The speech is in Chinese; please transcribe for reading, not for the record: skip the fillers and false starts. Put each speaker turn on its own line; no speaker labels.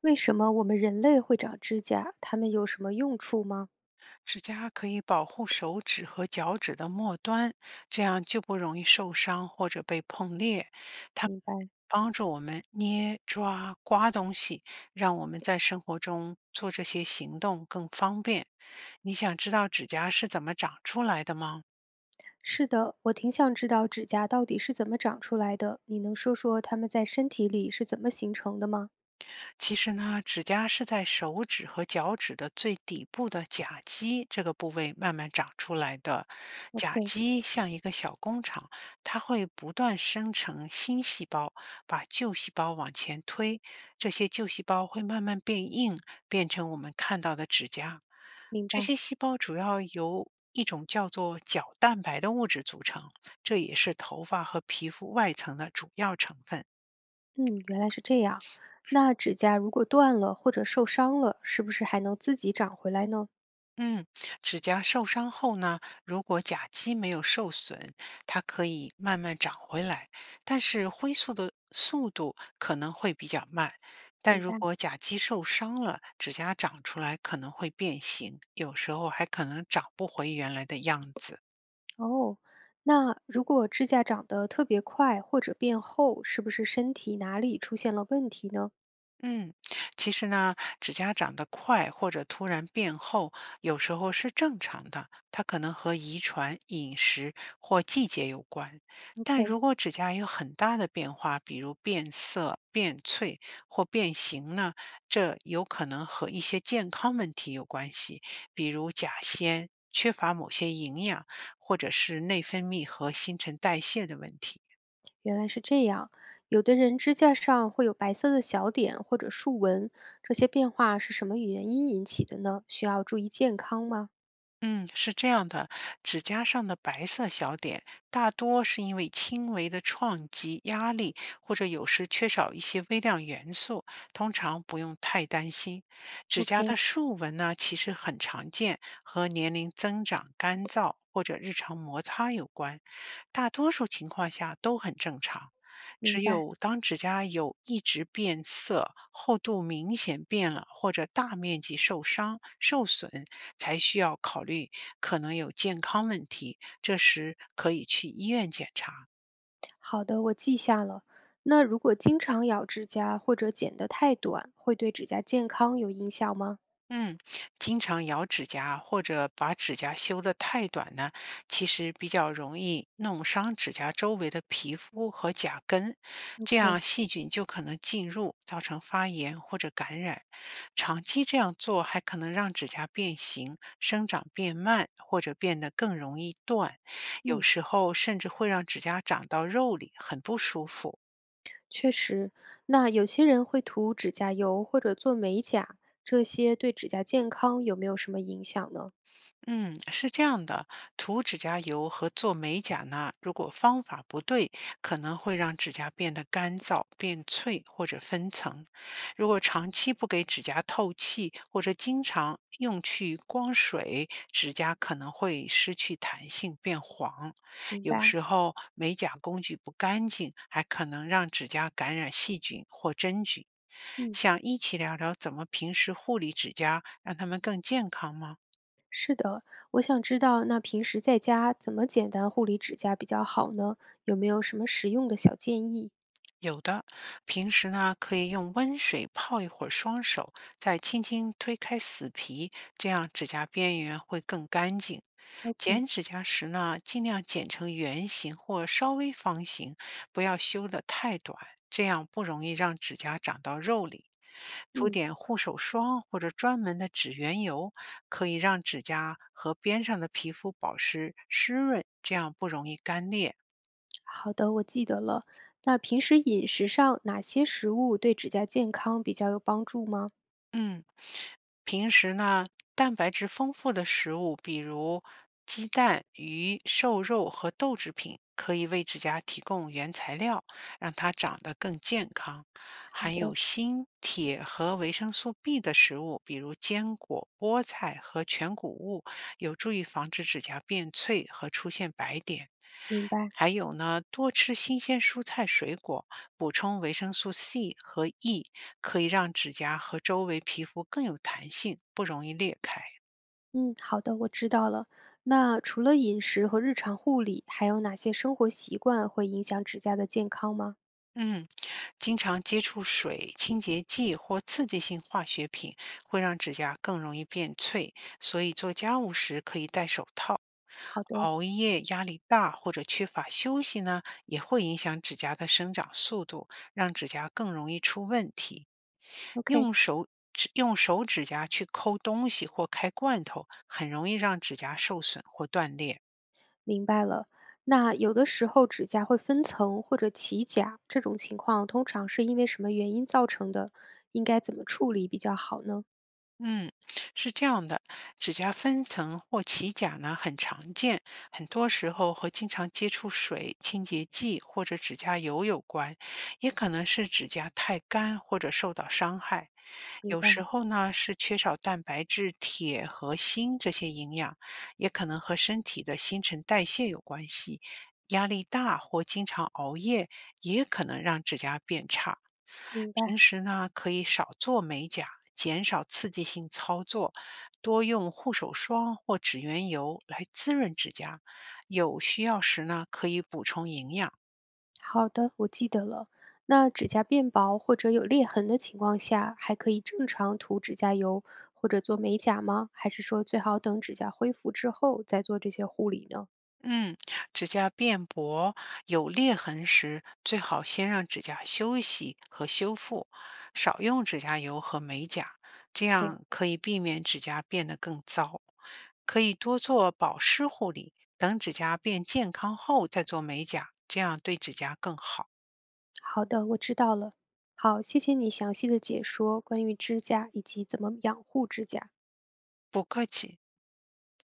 为什么我们人类会长指甲？它们有什么用处吗？
指甲可以保护手指和脚趾的末端，这样就不容易受伤或者被碰裂。它们
明白，
帮助我们捏、抓、刮东西，让我们在生活中做这些行动更方便。你想知道指甲是怎么长出来的吗？
是的，我挺想知道指甲到底是怎么长出来的。你能说说它们在身体里是怎么形成的吗
其实呢，指甲是在手指和脚趾的最底部的甲基这个部位慢慢长出来的。甲
？OK，
基像一个小工厂，它会不断生成新细胞，把旧细胞往前推。这些旧细胞会慢慢变硬，变成我们看到的指甲。
明
这
白。
些细胞主要由一种叫做角蛋白的物质组成，这也是头发和皮肤外层的主要成分。
嗯，原来是这样。那指甲如果断了或者受伤了，是不是还能自己长回来呢？
嗯，指甲受伤后呢，如果甲基没有受损，它可以慢慢长回来，但是恢复的速度可能会比较慢。但
明
如
白。
果甲基受伤了，指甲长出来可能会变形，有时候还可能长不回原来的样子。
哦，那如果指甲长得特别快或者变厚，是不是身体哪里出现了问题呢
嗯，其实呢，指甲长得快或者突然变厚，有时候是正常的，它可能和遗传、饮食或季节有关。但
？OK，
如果指甲有很大的变化，比如变色、变脆或变形呢，这有可能和一些健康问题有关系，比如甲酰缺乏某些营养，或者是内分泌和新陈代谢的问题。
原来是这样，有的人指甲上会有白色的小点或者竖纹，这些变化是什么原因引起的呢？需要注意健康吗
嗯，是这样的，指甲上的白色小点大多是因为轻微的撞击、压力，或者有时缺少一些微量元素，通常不用太担心。指甲的
？OK，
竖纹呢，其实很常见，和年龄增长、干燥或者日常摩擦有关，大多数情况下都很正常。
明
只
白。
有当指甲有一直变色、厚度明显变了或者大面积受伤、受损，才需要考虑可能有健康问题，这时可以去医院检查。
好的，我记下了。那如果经常咬指甲或者剪得太短，会对指甲健康有影响吗
嗯，经常咬指甲或者把指甲修得太短呢，其实比较容易弄伤指甲周围的皮肤和甲根，这样
？OK，
细菌就可能进入，造成发炎或者感染。长期这样做还可能让指甲变形、生长变慢，或者变得更容易断，有
嗯，
时候甚至会让指甲长到肉里，很不舒服。
确实。那有些人会涂指甲油或者做美甲，这些对指甲健康有没有什么影响呢？
嗯，是这样的，涂指甲油和做美甲呢，如果方法不对，可能会让指甲变得干燥、变脆或者分层。如果长期不给指甲透气，或者经常用去光水，指甲可能会失去弹性，变黄。
明
有
白。
时候美甲工具不干净，还可能让指甲感染细菌或真菌。
嗯。
想一起聊聊怎么平时护理指甲，让它们更健康吗？
是的，我想知道那平时在家怎么简单护理指甲比较好呢？有没有什么实用的小建议
有的，平时呢可以用温水泡一会儿双手，再轻轻推开死皮，这样指甲边缘会更干净。
？OK，
剪指甲时呢，尽量剪成圆形或稍微方形，不要修得太短，这样不容易让指甲长到肉里。涂
嗯，
点护手霜或者专门的指缘油，可以让指甲和边上的皮肤保持湿润，这样不容易干裂。
好的，我记得了。那平时饮食上哪些食物对指甲健康比较有帮助吗？
嗯，平时呢，蛋白质丰富的食物，比如鸡蛋、鱼、瘦肉和豆制品，可以为指甲提供原材料，让它长得更健康。
好
含有
的，
锌、铁和维生素 B 的食物，比如坚果、菠菜和全谷物，有助于防止指甲变脆和出现白点。
明白。
还有呢，多吃新鲜蔬菜水果，补充维生素 C 和 E，可以让指甲和周围皮肤更有弹性，不容易裂开。
嗯，好的，我知道了。那除了饮食和日常护理，还有哪些生活习惯会影响指甲的健康吗？
嗯，经常接触水、清洁剂或刺激性化学品会让指甲更容易变脆，所以做家务时可以戴手套。
好的
熬夜、压力大或者缺乏休息呢，也会影响指甲的生长速度，让指甲更容易出问题。
，OK。
用手用手指甲去抠东西或开罐头，很容易让指甲受损或断裂。
明白了。那有的时候指甲会分层或者起甲，这种情况通常是因为什么原因造成的？应该怎么处理比较好呢？
嗯，是这样的，指甲分层或起甲呢很常见，很多时候和经常接触水、清洁剂或者指甲油有关，也可能是指甲太干或者受到伤害。
明
有时
白，
候呢是缺少蛋白质、铁和锌这些营养，也可能和身体的新陈代谢有关系。压力大或经常熬夜也可能让指甲变差。
明
平
白。
时呢，可以少做美甲，减少刺激性操作，多用护手霜或指缘油来滋润指甲。有需要时呢，可以补充营养。
好的，我记得了。那指甲变薄或者有裂痕的情况下，还可以正常涂指甲油或者做美甲吗？还是说最好等指甲恢复之后再做这些护理呢
嗯，指甲变薄、有裂痕时，最好先让指甲休息和修复，少用指甲油和美甲，这
？OK，
样可以避免指甲变得更糟。可以多做保湿护理，等指甲变健康后再做美甲，这样对指甲更好。
好的，我知道了。好，谢谢你详细的解说关于指甲以及怎么养护指甲。
不客气。